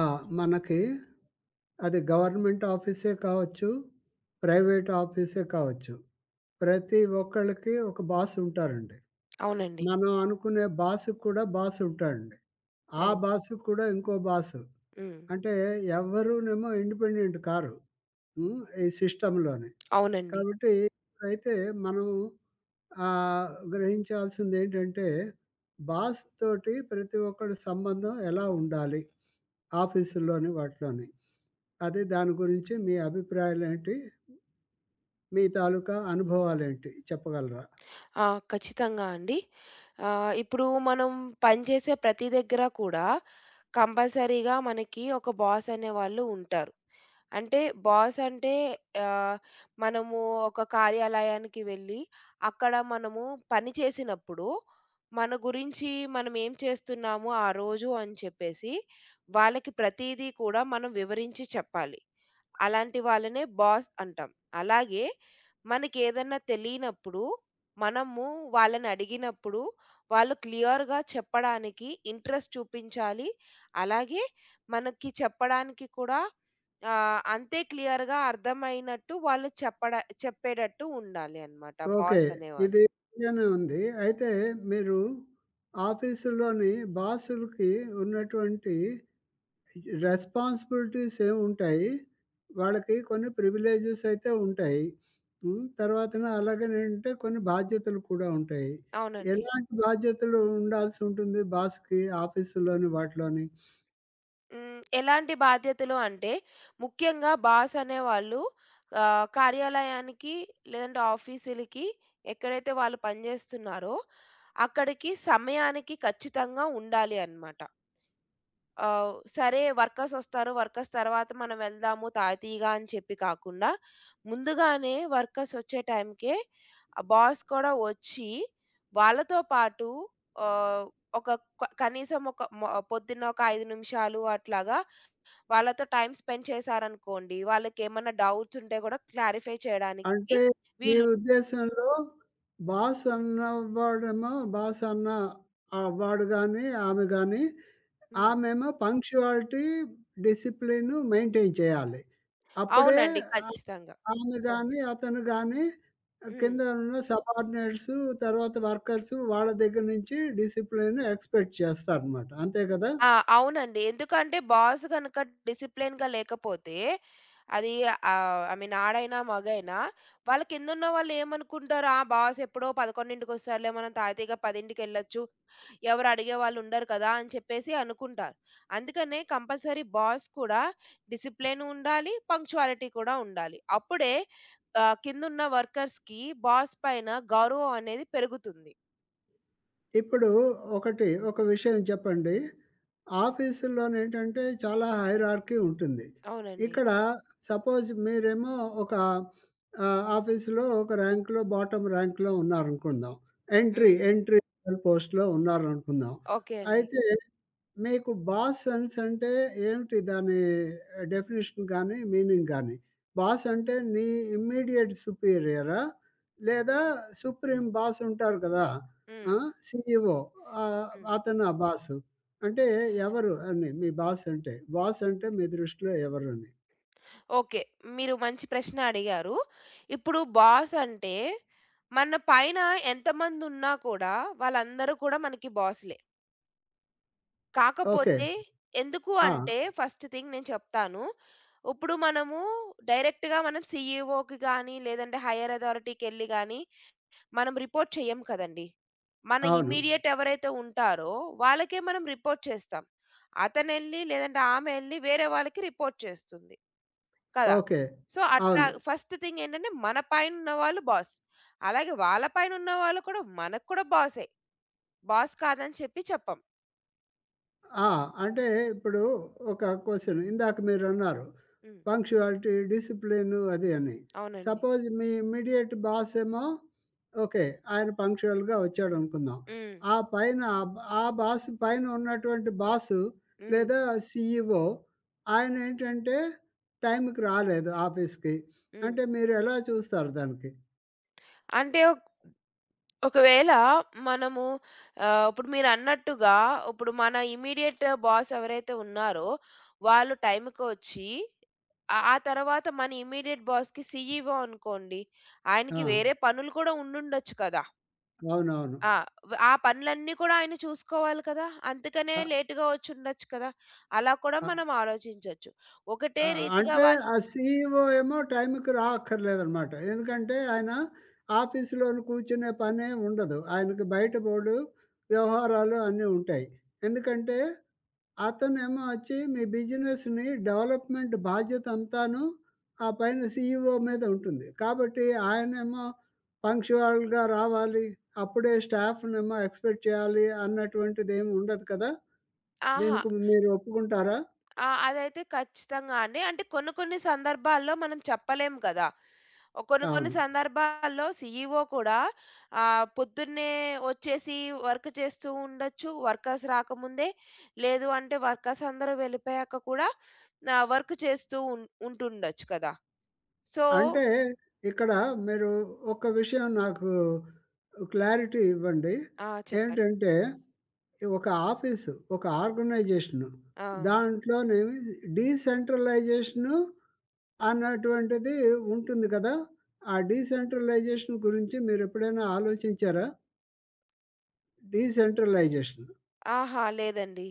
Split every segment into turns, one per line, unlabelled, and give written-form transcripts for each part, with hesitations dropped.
ఆ! మనకి అది గవర్నమెంట్ ఆఫీసే కావచ్చు, ప్రైవేట్ ఆఫీసే కావచ్చు. ప్రతి ఒక్కళ్ళకి ఒక బాస్ ఉంటారండి.
అవునండి.
మనం అనుకునే బాస్‌కి కూడా బాస్ ఉంటాడండి. ఆ
అవును.
బాస్‌కి కూడా ఇంకో బాసు.
హ్మ్.
అంటే ఎవ్వరూనేమో ఇండిపెండెంట్ కారు. హ్మ్. ఈ సిస్టమ్‌లోని.
అవునండి.
కాబట్టి అయితే మనం ఆహ్, గ్రహించాల్సిందేంటంటే బాస్ తోటి ప్రతి ఒక్కడి సంబంధం ఎలా ఉండాలి? ఆఫీసుల్లోని వాటిలోని. అదే దాని గురించి మీ అభిప్రాయాలేంటి? మీ తాలూకా అనుభవాలేంటి చెప్పగలరా?
ఆ! ఖచ్చితంగా అండి. ఇప్పుడు మనం పనిచేసే ప్రతి దగ్గర కూడా కంపల్సరీగా మనకి ఒక బాస్ అనేవాళ్ళు ఉంటారు. అంటే బాస్ అంటే ఆహ్, మనము ఒక కార్యాలయానికి వెళ్ళి అక్కడ మనము పని చేసినప్పుడు మన గురించి మనం ఏం చేస్తున్నాము ఆ రోజు అని చెప్పేసి వాళ్ళకి ప్రతీదీ కూడా మనం వివరించి చెప్పాలి. అలాంటి వాళ్ళనే బాస్ అంటాం. అలాగే మనకేదన్నా తెలియనప్పుడు మనము వాళ్ళని అడిగినప్పుడు వాళ్ళు క్లియర్‌గా చెప్పడానికి ఇంట్రెస్ట్ చూపించాలి. అలాగే మనకి చెప్పడానికి కూడా అంతే క్లియర్‌గా అర్థమైనట్టు వాళ్ళు చెప్పేటట్టు ఉండాలి అన్నమాట
ఓకే.
బాస్ అనేవాళ్ళు.
ఇది బానే ఉంది. అయితే మీరు ఆఫీసులోని బాసులకి ఉన్నటువంటి రెస్పాన్సిబిలిటీస్ ఏముంటాయి? వాళ్ళకి కొన్ని ప్రివిలేజెస్ అయితే ఉంటాయి. హ్మ్. తర్వాతన అలాగేనంటే కొన్ని బాధ్యతలు కూడా ఉంటాయి.
అవునండి.
ఎలాంటి బాధ్యతలు ఉండాల్సుంటుంది బాస్‌కి ఆఫీసులోని వాటిలోని?
హ్మ్. ఎలాంటి బాధ్యతలు అంటే, ముఖ్యంగా బాస్ అనేవాళ్ళు కార్యాలయానికి లేదంటే ఆఫీసులకి ఎక్కడైతే వాళ్ళు పనిజేస్తున్నారో, అక్కడికి సమయానికి ఖచ్చితంగా ఉండాలి అన్నమాట. సరే వర్కర్స్ వస్తారు. వర్కర్స్ తర్వాత మనం వెళ్దాము తాయితీగా అని చెప్పి కాకుండా, ముందుగానే వర్కర్స్ వచ్చే టైంకే ఆ బాస్ కూడా వచ్చి, వాళ్ళతో పాటు ఆహ్, ఒక కనీసం ఒక పొద్దున్న ఒక 5 నిమిషాలు అట్లాగా వాళ్ళతో టైమ్ స్పెండ్ చేశారనుకోండి, వాళ్ళకేమన్నా డౌట్స్ ఉంటే గూడా క్లారిఫై చేయడానికి
అంటే మీ
వీలు.
ఉద్దేశంలో బాస్ అన్న ఆ వాడు గాని, ఆమె గాని
హ్మ్.
ఆమేమో పంక్చువాలిటీ, డిసిప్లిన్ మెయింటైన్ చేయాలి. అప్పుడే
అవునండి.
ఆహ్,
ఖచ్చితంగా.
ఆమె గాని, అతను గాని
హ్మ్.
కింద ఉన్న సబార్డినేట్స్ తర్వాత వర్కర్స్ వాళ్ళ దగ్గర నుంచి డిసిప్లిన్ ఎక్స్‌పెక్ట్ చేస్తారనమాట. అంతే కదా?
ఆ! అవునండి. ఎందుకంటే బాస్ గనక డిసిప్లిన్‌గా లేకపోతే అది ఐ మీన్ ఆడైనా, మగైనా వాళ్ళ కిందున్న వాళ్ళేమనుకుంటారు, ఆ! బాస్ ఎప్పుడో 11కి వస్తాడులే మనం తాయితీగా 10కెళ్ళొచ్చు, ఎవరు అడిగేవాళ్ళుండరు కదా! అని చెప్పేసి అనుకుంటారు. అందుకనే కంపల్సరీ బాస్ కూడా డిసిప్లిన్ ఉండాలి, పంక్చువాలిటీ కూడా ఉండాలి. అప్పుడే కిందున్న వర్కర్స్‌కి బాస్ పైన గౌరవం అనేది పెరుగుతుంది.
ఇప్పుడు ఒక విషయం చెప్పండి. ఆఫీసుల్లోనేంటంటే చాలా హైరార్కీ ఉంటుంది.
అవునండి.
ఇక్కడ సపోజ్ మీరేమో ఒక ఆఫీసులో ఒక ర్యాంక్‌లో బాటమ్ ర్యాంక్‌లో ఉన్నారనుకుందాం. Entry,
hmm.
ఎంట్రీ లెవెల్ పోస్ట్‌లో ఉన్నారనుకుందాం.
ఓకే అండి.
అయితే మీకు బాస్ సెన్స్ అంటే ఏమిటి దాని డెఫినిషన్ గానీ, మీనింగ్ గానీ? బాస్ అంటే నీ ఇమ్మీడియేట్ సుపీరియరా? లేదా సుప్రీం బాస్ ఉంటారు కదా!
హ్మ్.
ఆ! సీఈఓ, ఆహ్,
హ్మ్.
అతనా బాసు? అంటే ఎవరు అని మీ బాస్ అంటే? బాస్ అంటే మీ దృష్టిలో ఎవరని?
ఓకే. మీరు మంచి ప్రశ్న అడిగారు. ఇప్పుడు బాస్ అంటే మన పైన ఎంతమందున్నా కూడా వాళ్ళందరూ కూడా మనకి బాసులే.
ఓకే.
కాకపోతే ఎందుకు
ఆ!
అంటే ఫస్ట్ థింగ్ నేను చెప్తాను. ఉప్పుడు మనము డైరెక్ట్‌గా మనం సీఈఓకి గాని, లేదంటే హైయర్ అథారిటీకెళ్ళి గాని, మనం రిపోర్ట్ చెయ్యం కదండీ. మన
అవును.
ఇమ్మీడియేట్ ఎవరైతే ఉంటారో వాళ్ళకే మనం రిపోర్ట్ చేస్తాం. అతనెళ్ళి లేదంటే ఆమె ఎళ్లి వేరే వాళ్ళకి రిపోర్ట్ చేస్తుంది కదా!
ఓకే.
సో, అట్లా
అవును.
ఫస్ట్ థింగ్ ఏంటంటే మన పైనున్న వాళ్ళు బాస్. అలాగే వాళ్ళ పైనున్న వాళ్ళు కూడా మనకు కూడా బాసే. బాస్ కాదని చెప్పి చెప్పం.
ఆ! అంటే ఇప్పుడు ఒక క్వెషన్ ఇందాక మీరన్నారు.
హ్మ్.
పంక్చువాలిటీ, డిసిప్లిన్ అది అని.
అవునండి.
సపోజ్ మీ ఇమ్మీడియేట్ బాస్ ఏమో ఓకే. ఆయన పంక్చువల్‌గా వచ్చాడనుకుందాం.
హ్మ్.
ఆ పైన ఆబ్ ఆ బాస్ పైన ఉన్నటువంటి బాసు
హ్మ్.
లేదా సీఈఓ ఆయనేంటంటే టైంకి రాలేదు ఆఫీస్‌కి.
హ్మ్.
అంటే మీరెలా చూస్తారు దానికి?
అంటే ఒకవేళ మనము ఇప్పుడు మీరన్నట్టుగా ఇప్పుడు మన ఇమ్మీడియేట్ బాస్ ఎవరైతే ఉన్నారో, వాళ్ళు టైంకొచ్చి ఆ ఆ తర్వాత మన ఇమ్మీడియేట్ బాస్‌కి సీఈఓ అనుకోండి.
ఆ!
ఆయనకి వేరే పనులు కూడా ఉండుండొచ్చు కదా!
అవునవును.
ఆ! ఆ పనులన్నీ కూడా ఆయన చూసుకోవాలి కదా! అందుకనే
అ!
లేట్‌గా వచ్చుండొచ్చు కదా! అలా కూడా
అ!
మనం ఆలోచించొచ్చు. ఒకటే
ఆ!
రీతిగా
అంటే
వాళ్ళు.
ఆ సీఈఓ ఏమో టైంకి రాక్కర్లేదనమాట. ఎందుకంటే ఆయన ఆఫీసులోని కూర్చునే పనే ఉండదు. ఆయనకి బయట బోలెడు వ్యవహారాలు అన్నీ ఉంటాయి. ఎందుకంటే అతనేమో వచ్చి మీ బిజినెస్‌ని డెవలప్‌మెంట్ బాధ్యత అంతాను ఆ పైన సీఈఓ మీద ఉంటుంది. కాబట్టి ఆయనేమో పంక్చువల్‌గా రావాలి. అప్పుడే స్టాఫ్‌నేమో ఎక్స్‌పెక్ట్ చేయాలి అన్నటువంటిదేమి ఉండదు కదా!
ఆహా!
దీనికి మీరు ఒప్పుకుంటారా?
ఆ! అదైతే ఖచ్చితంగా అండి. అంటే కొన్ని కొన్ని సందర్భాల్లో మనం చెప్పలేం కదా! కొన్ని కొన్ని
అవును.
సందర్భాల్లో సీఈఓ కూడా పొద్దున్నే వచ్చేసి వర్క్ చేస్తూ ఉండొచ్చు. వర్కర్స్ రాకముందే. లేదు అంటే వర్కర్స్ అందరూ వెళ్ళిపోయాక కూడా వర్క్ చేస్తూ ఉంటుండొచ్చు కదా! సో.
అంటే ఇక్కడ మీరు ఒక విషయం నాకు క్లారిటీ ఇవ్వండి.
ఆ! చెప్పండి.
ఏంటంటే ఒక ఆఫీసు, ఒక ఆర్గనైజేషను
ఆ!
దాంట్లోనేమి డీసెంట్రలైజేషను అన్నటువంటిది ఉంటుంది కదా! ఆ డీసెంట్రలైజేషన్ గురించి మీరెప్పుడైనా ఆలోచించారా? డీసెంట్రలైజేషన్.
ఆహా! లేదండి.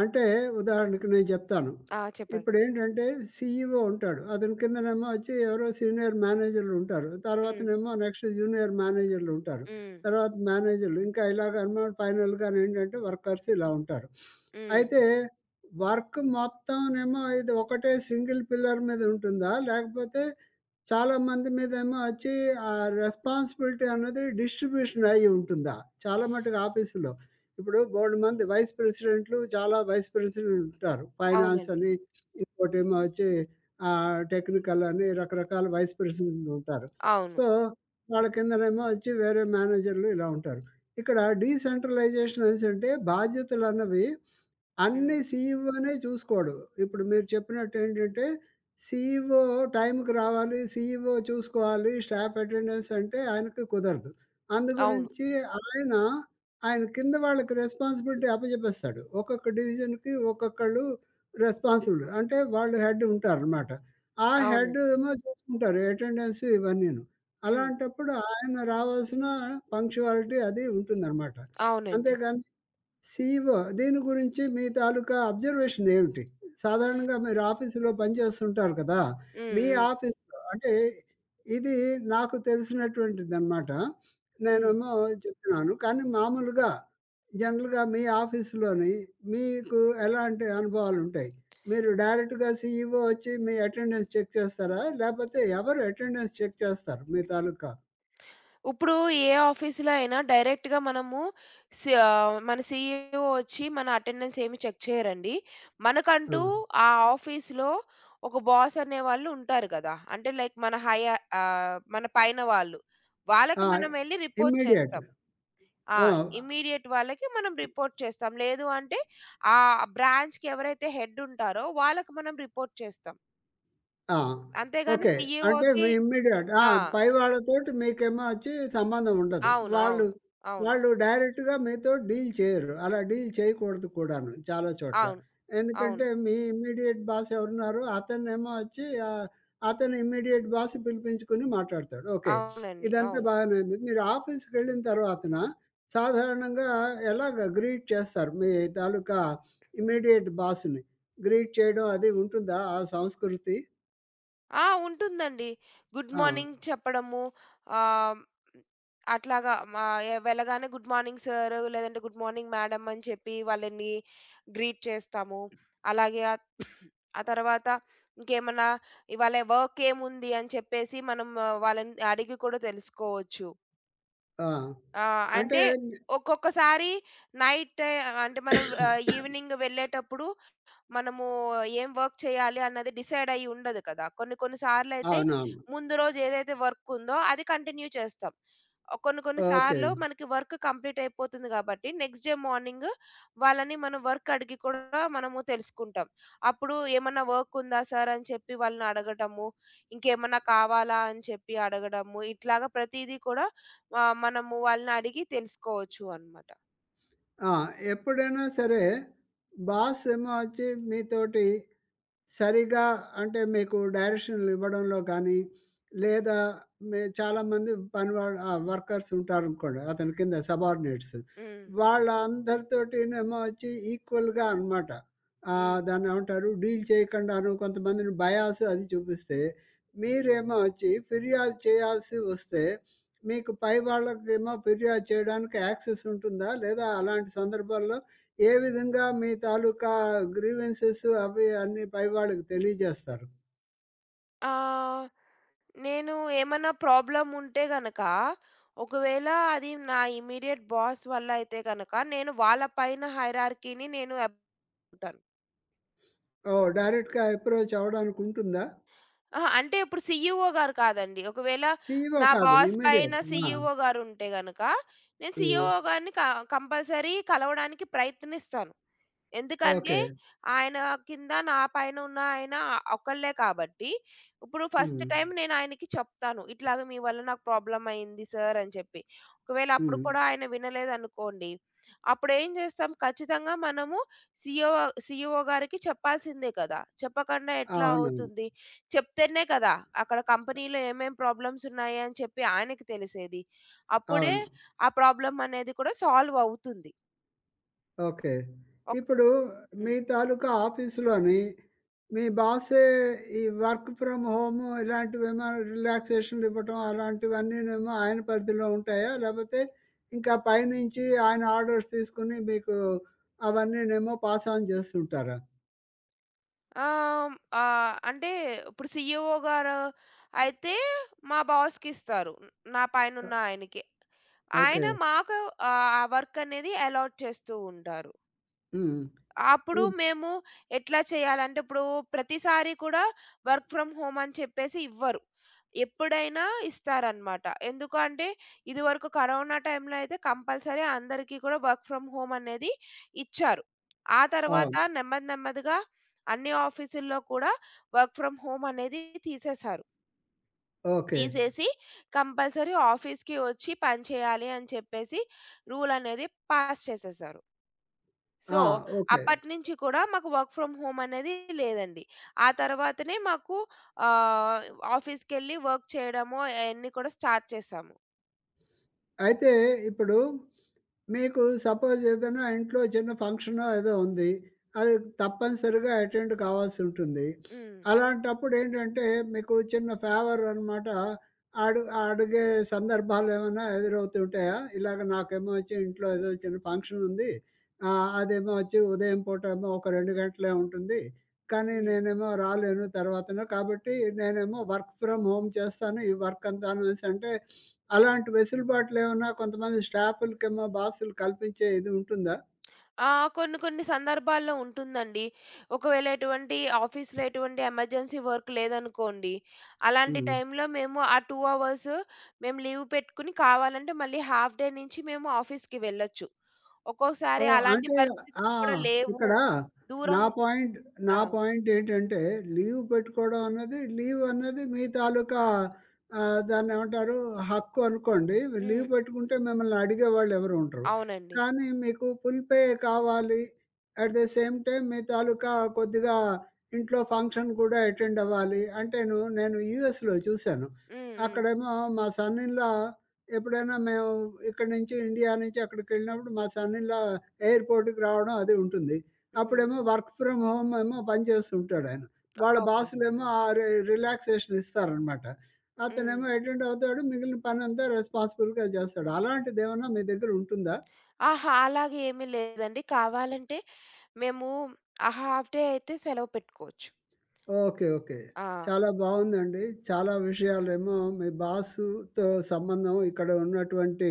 అంటే ఉదాహరణకి నేను చెప్తాను.
ఆ! చెప్పండి.
ఇప్పుడేంటంటే సీఈఓ ఉంటాడు. అతని కిందనేమో వచ్చి ఎవరో సీనియర్ మేనేజర్‌లుంటారు.
హ్మ్.
తర్వాతనేమో నెక్స్ట్ జూనియర్ మేనేజర్‌లుంటారు.
హ్మ్.
తర్వాత మేనేజర్‌లు ఇంకా ఇలాగనమాట ఫైనల్‌గానేంటంటే వర్కర్స్ ఇలా ఉంటారు.
హ్మ్.
అయితే వర్క్ మొత్తంనేమో ఇది ఒకటే సింగిల్ పిల్లర్ మీద ఉంటుందా? లేకపోతే చాలా మంది మీదేమో వచ్చి ఆ రెస్పాన్సిబిలిటీ అన్నది డిస్ట్రిబ్యూషన్ అయ్యి ఉంటుందా? చాలా మటుకు ఆఫీసులో. ఇప్పుడు బోలెడు మంది వైస్ ప్రెసిడెంట్లు చాలా వైస్ ప్రెసిడెంట్లు ఉంటారు. ఫైనాన్స్
అవునండి.
అని, ఇంకోటేమో వచ్చి టెక్నికల్ అని రకరకాల వైస్ ప్రెసిడెంట్లు ఉంటారు.
అవును.
సో, వాళ్ళ కిందనేమో వచ్చి వేరే మేనేజర్లు ఇలా ఉంటారు. ఇక్కడ డీసెంట్రలైజేషన్ అనేసంటే బాధ్యతలన్నవి అన్ని
హ్మ్.
సీఈఓనే చూసుకోడు. ఇప్పుడు మీరు చెప్పినట్టేంటంటే, సీఈఓ టైంకి రావాలి, సీఈఓ చూసుకోవాలి, స్టాఫ్ అటెండెన్స్ అంటే ఆయనకి కుదరదు. అందు
అవును.
గురించి ఆయన, ఆయన కింద వాళ్ళకి రెస్పాన్సిబిలిటీ అప్పజెప్పేస్తాడు. ఒక్కొక్క డివిజన్‌కి ఒక్కొక్కళ్ళు రెస్పాన్సిబుల్. అంటే వాళ్ళు హెడ్ ఉంటారనమాట. ఆ హెడ్
అవునండి.
ఏమో చూసుకుంటారు అటెండెన్స్ ఇవన్నీను.
హ్మ్.
అలాంటప్పుడు ఆయన రావాల్సిన పంక్చువాలిటీ అది ఉంటుందనమాట.
అవునండి.
అంతేగాని సీఈఓ దీని గురించి మీ తాలూకా అబ్జర్వేషన్ ఏమిటి? సాధారణంగా మీరు ఆఫీసులో పనిచేస్తుంటారు కదా!
హ్మ్.
మీ
హ్మ్.
ఆఫీస్‌లో అంటే ఇది నాకు తెలిసినటువంటిదనమాట.
హ్మ్.
నేనేమో చెప్తున్నాను. కానీ మామూలుగా జనరల్‌గా మీ ఆఫీస్‌లోని మీకు ఎలాంటి అనుభవాలుంటాయి? మీరు డైరెక్ట్‌గా సీఈఓ వచ్చి మీ అటెండెన్స్ చెక్ చేస్తారా? లేపోతే ఎవరు అటెండెన్స్ చెక్ చేస్తారు మీ తాలూకా?
ఇప్పుడు ఏ ఆఫీస్‌లో అయినా డైరెక్ట్‌గా మనము మన సీఈఓ వచ్చి మన అటెండెన్స్ ఏమి చెక్ చేయరండి.
ఆ!
మనకంటూ ఆ ఆఫీస్‌లో ఒక బాస్ అనేవాళ్ళు ఉంటారు కదా! అంటే లైక్ మన పైన వాళ్ళు. వాళ్ళకి
ఆ!
మనం వెళ్లి రిపోర్ట్
ఇమ్మీడియేట్.
చేస్తాం. ఆ!
ఆ!
ఇమ్మీడియేట్ వాళ్ళకి మనం రిపోర్ట్ చేస్తాం. లేదు అంటే ఆ బ్రాంచ్‌కి ఎవరైతే హెడ్ ఉంటారో వాళ్ళకి మనం రిపోర్ట్ చేస్తాం.
ఆ!
అంతేగాని
ఓకే. అంటే మీ
సీఈఓకి.
ఇమ్మీడియేట్ ఆ!
ఆ!
పై వాళ్ళతోటి మీకేమో వచ్చి సంబంధం ఉండదు.
అవును.
వాళ్ళు,
అవును. అవును.
వాళ్ళు డైరెక్ట్‌గా మీతో డీల్ చేయరు. అలా డీల్ చేయకూడదు కూడాను చాలా చోట్ల.
అవును.
ఎందుకంటే
అవును.
మీ ఇమ్మీడియేట్ బాస్ ఎవరున్నారో అతనేమో వచ్చి అతని ఇమ్మీడియేట్ బాస్ పిలిపించుకొని మాట్లాడతాడు. ఓకే.
అవునండి.
ఇదంతా
అవును.
బాగానే ఉంది. మీరు ఆఫీస్‌కెళ్ళిన తర్వాతన సాధారణంగా ఎలాగ గ్రీట్ చేస్తారు? మీ తాలూకా ఇమ్మీడియేట్ బాస్‌ని గ్రీట్ చేయడం అది ఉంటుందా ఆ సంస్కృతి?
ఆ! ఉంటుందండి. గుడ్
ఆ!
మార్నింగ్ చెప్పడము. ఆహ్, అట్లాగా మా వెళ్ళగానే గుడ్ మార్నింగ్ సార్ లేదంటే గుడ్ మార్నింగ్ మేడం అని చెప్పి వాళ్ళని గ్రీట్ చేస్తాము. అలాగే ఆ ఆ తర్వాత ఇంకేమన్నా ఇవాళ వర్క్ ఏముంది అని చెప్పేసి మనం, ఆ, వాళ్ళని అడిగి కూడా తెలుసుకోవచ్చు.
ఆ!
ఆ!
అంటే
అంటే ఒక్కొక్కసారి నైట్, అంటే మనం ఈవినింగ్ వెళ్ళేటప్పుడు మనము ఏం వర్క్ చేయాలి అన్నది డిసైడ్ అయ్యి ఉండదు కదా! కొన్ని కొన్ని సార్లయితే
అవునవును.
ముందు రోజు ఏదైతే వర్క్ ఉందో అది కంటిన్యూ చేస్తాం. కొన్ని కొన్ని
ఓకే.
సార్లు మనకి వర్క్ కంప్లీట్ అయిపోతుంది కాబట్టి నెక్స్ట్ డే మార్నింగ్ వాళ్ళని మనం వర్క్ అడిగి కూడా మనము తెలుసుకుంటాం. అప్పుడు ఏమన్నా వర్క్ ఉందా సార్ అని చెప్పి వాళ్ళని అడగటము, ఇంకేమన్నా కావాలా అని చెప్పి అడగడము, ఇట్లాగా ప్రతీదీ కూడా మనము వాళ్ళని అడిగి తెలుసుకోవచ్చు అన్నమాట.
ఆ! ఎప్పుడైనా సరే బాస్ ఏమో వచ్చి మీతోటి సరిగా అంటే మీకు డైరెక్షన్‌లు ఇవ్వడంలో కానీ, లేదా మే చాలామంది పనివాళ్ళు వర్కర్స్ ఉంటారనుకోండి. అతని కింద సబార్డినేట్స్.
హ్మ్.
వాళ్ళందరితోటినేమో వచ్చి ఈక్వల్‌గా అనమాట.
హ్మ్.
దాన్నేమంటారు డీల్ చేయకుండాను కొంతమందిని బయాస్ అది చూపిస్తే, మీరేమో వచ్చి ఫిర్యాదు చేయాల్సి వస్తే, మీకు పై వాళ్ళకేమో ఫిర్యాదు చేయడానికి యాక్సెస్ ఉంటుందా? లేదా అలాంటి సందర్భాల్లో ఏ విధంగా మీ తాలూకా గ్రీవెన్సెస్ అవి అన్నీ పైవాళ్ళకి తెలియజేస్తారు?
ఆ! నేను ఏమన్నా ప్రాబ్లమ్ ఉంటే గనక, ఒకవేళ అది నా ఇమ్మీడియేట్ బాస్ వల్ల అయితే గనక, నేను వాళ్ళ పైన హైరార్కీని నేను అతాను.
ఓహ్! డైరెక్ట్‌గా అప్రోచ్ అవ్వడానికి ఉంటుందా?
అహా! అంటే ఇప్పుడు సీఈఓ గారు కాదండి. ఒకవేళ
సీఈఓ
నా
కాదు.
బాస్ పైన
ఇమ్మీడియేట్. ఆ!
సీఈఓ గారు ఉంటే గనక, నేను
ఆ!
సీఈఓ గారిని కంపల్సరీ కలవడానికి ప్రయత్నిస్తాను. ఎందుకంటే,
ఓకే.
ఆయన కింద నా పైన ఉన్న ఆయన ఒకళ్ళే కాబట్టి, ఇప్పుడు ఫస్ట్
హ్మ్.
టైమ్ నేను ఆయనకి చెప్తాను. ఇట్లాగ మీ వల్ల నాకు ప్రాబ్లమ్ అయింది సార్ అని చెప్పి. ఒకవేళ అప్పుడు
హ్మ్.
కూడా ఆయన వినలేదనుకోండి, అప్పుడేం చేస్తాం, ఖచ్చితంగా మనము సీఈఓ సీఈఓ గారికి చెప్పాల్సిందే కదా! చెప్పకుండా ఎట్లా
అవునవును.
అవుతుంది? చెప్తేనే కదా! అక్కడ కంపెనీలో ఏమేం ప్రాబ్లమ్స్ ఉన్నాయి అని చెప్పి ఆయనకి తెలిసేది. అప్పుడే
అవును.
ఆ ప్రాబ్లమ్ అనేది కూడా సాల్వ్ అవుతుంది.
ఓకే.
ఒక్
ఇప్పుడు మీ తాలూకా ఆఫీస్‌లోని మీ బాసే ఈ వర్క్ ఫ్రమ్ హోమ్ ఇలాంటివేమో రిలాక్సేషన్‌లు ఇవ్వటం అలాంటివన్నీనేమో ఆయన పరిధిలో ఉంటాయా? లేపోతే ఇంకా పైనుంచి ఆయన ఆర్డర్స్ తీసుకొని మీకు అవన్నీనేమో పాస్ ఆన్ చేస్తుంటారా?
ఆహ్, అంటే ఇప్పుడు సీఈఓ గారు అయితే మా బాస్‌కి ఇస్తారు. నా
ఆ!
పైనున్న ఆయనకి.
ఓకే.
ఆయన మాకు ఆ వర్క్ అనేది అలాట్ చేస్తూ ఉంటారు.
హ్మ్. ఈ
అప్పుడు మేము ఎట్లా చేయాలంటే, ఇప్పుడు ప్రతిసారి కూడా వర్క్ ఫ్రమ్ హోమ్ అని చెప్పేసి ఇవ్వరు. ఎప్పుడైనా ఇస్తారనమాట. ఎందుకు అంటే, ఇదివరకు కరోనా టైంలో అయితే కంపల్సరీ అందరికీ కూడా వర్క్ ఫ్రమ్ హోమ్ అనేది ఇచ్చారు. ఆ తర్వాత
అవును.
నెమ్మది నెమ్మదిగా అన్ని ఆఫీసుల్లో కూడా వర్క్ ఫ్రమ్ హోమ్ అనేది తీసేశారు.
ఓకే.
తీసేసి కంపల్సరీ ఆఫీస్‌కి వచ్చి పని చేయాలి అని చెప్పేసి రూల్ అనేది పాస్ చేసేశారు.
ఆ!
So,
okay.
అప్పటినుంచి కూడా మాకు వర్క్ ఫ్రమ్ హోమ్ అనేది లేదండి. ఆ తర్వాతనే మాకు ఆహ్, ఆఫీస్‌కెళ్ళి వర్క్ చేయడము అయన్నీ కూడా స్టార్ట్ చేశాము.
అయితే ఇప్పుడు మీకు సపోజ్ ఏదైనా ఇంట్లో చిన్న ఫంక్షనో ఏదో ఉంది. అది తప్పనిసరిగా అటెండ్ కావాల్సుంటుంది.
హ్మ్.
అలాంటప్పుడు ఏంటంటే మీకు చిన్న ఫేవర్ అనమాట అడిగే సందర్భాలేమైనా ఎదురవుతుంటాయా? ఇలాగ నాకేమో వచ్చి ఇంట్లో ఏదో చిన్న ఫంక్షన్ ఉంది. అదేమో వచ్చి ఉదయం పూటేమో ఒక 2 గంటలే ఉంటుంది. కానీ
హ్మ్.
నేనేమో రాలేను తర్వాతన. కాబట్టి నేనేమో వర్క్ ఫ్రమ్ హోమ్ చేస్తాను. ఈ వర్క్ అంతాను అనేసంటే అలాంటి వెసులుబాట్లేమన్నా కొంతమంది స్టాఫులకేమో బాసులు కల్పించే ఇది ఉంటుందా?
ఆ! కొన్ని కొన్ని సందర్భాల్లో ఉంటుందండి. ఒకవేళ ఎటువంటి ఆఫీస్‌లో ఎటువంటి ఎమర్జెన్సీ వర్క్ లేదనుకోండి, అలాంటి
హ్మ్.
టైంలో మేము ఆ 2 అవర్స్ మేము లీవ్ పెట్టుకొని కావాలంటే మళ్ళీ హాఫ్ డే నుంచి మేము ఆఫీస్‌కి వెళ్ళొచ్చు. ఒక్కోసారి
ఓహ్!
అలాంటి
అంటే ఆ!
పరిస్థితులు కూడా లేవు.
ఇక్కడ నా
దూరం.
పాయింట్ నా
ఆ!
పాయింట్ ఏంటంటే లీవ్ పెట్టుకోవడం అన్నది లీవ్ అన్నది మీ తాలూకా దాన్నేమంటారు హక్కు అనుకోండి. లీవ్
హ్మ్.
పెట్టుకుంటే మిమ్మల్ని అడిగేవాళ్ళు ఎవరు ఉండరు.
అవునండి.
కానీ మీకు ఫుల్ పే కావాలి. అట్ ద సేమ్ టైమ్ మీ తాలూకా కొద్దిగా ఇంట్లో ఫంక్షన్ కూడా అటెండ్ అవ్వాలి. అంటేను నేను యూఎస్‌లో చూశాను.
హ్మ్. హ్మ్.
అక్కడేమో మా సన్ ఇన్ లా ఎప్పుడైనా మేము ఇక్కడి నుంచి ఇండియా నుంచి అక్కడికెళ్ళినప్పుడు మా సన్ ఇన్ లా ఎయిర్‌పోర్ట్‌కి రావడం అది ఉంటుంది.
హ్మ్.
అప్పుడేమో వర్క్ ఫ్రమ్ హోమ్ ఏమో పని చేస్తుంటాడు ఆయన. వాళ్ళ
ఓకే.
బాసులేమో ఆ రి రిలాక్సేషన్ ఇస్తారనమాట.
హ్మ్.
అతనేమో అటెండ్ అవుతాడు. మిగిలిన పనంతా రెస్పాన్సిబుల్‌గా చేస్తాడు. అలాంటిదేమన్నా మీ దగ్గర ఉంటుందా?
ఆహా! అలాగే ఏమీ లేదండి. కావాలంటే మేము ఆ హాఫ్ డే అయితే సెలవు పెట్టుకోవచ్చు.
ఓకే. ఓకే.
ఆ!
చాలా బావుందండి. చాలా విషయాలేమో మీ బాసుతో సంబంధం, ఇక్కడ ఉన్నటువంటి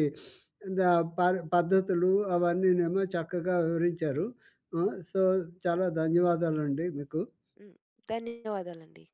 ద పర్ పద్ధతులు అవన్నీనేమో చక్కగా వివరించారు. ఆ! సో, చాలా ధన్యవాదాలండి మీకు.
హ్మ్. ధన్యవాదాలండి.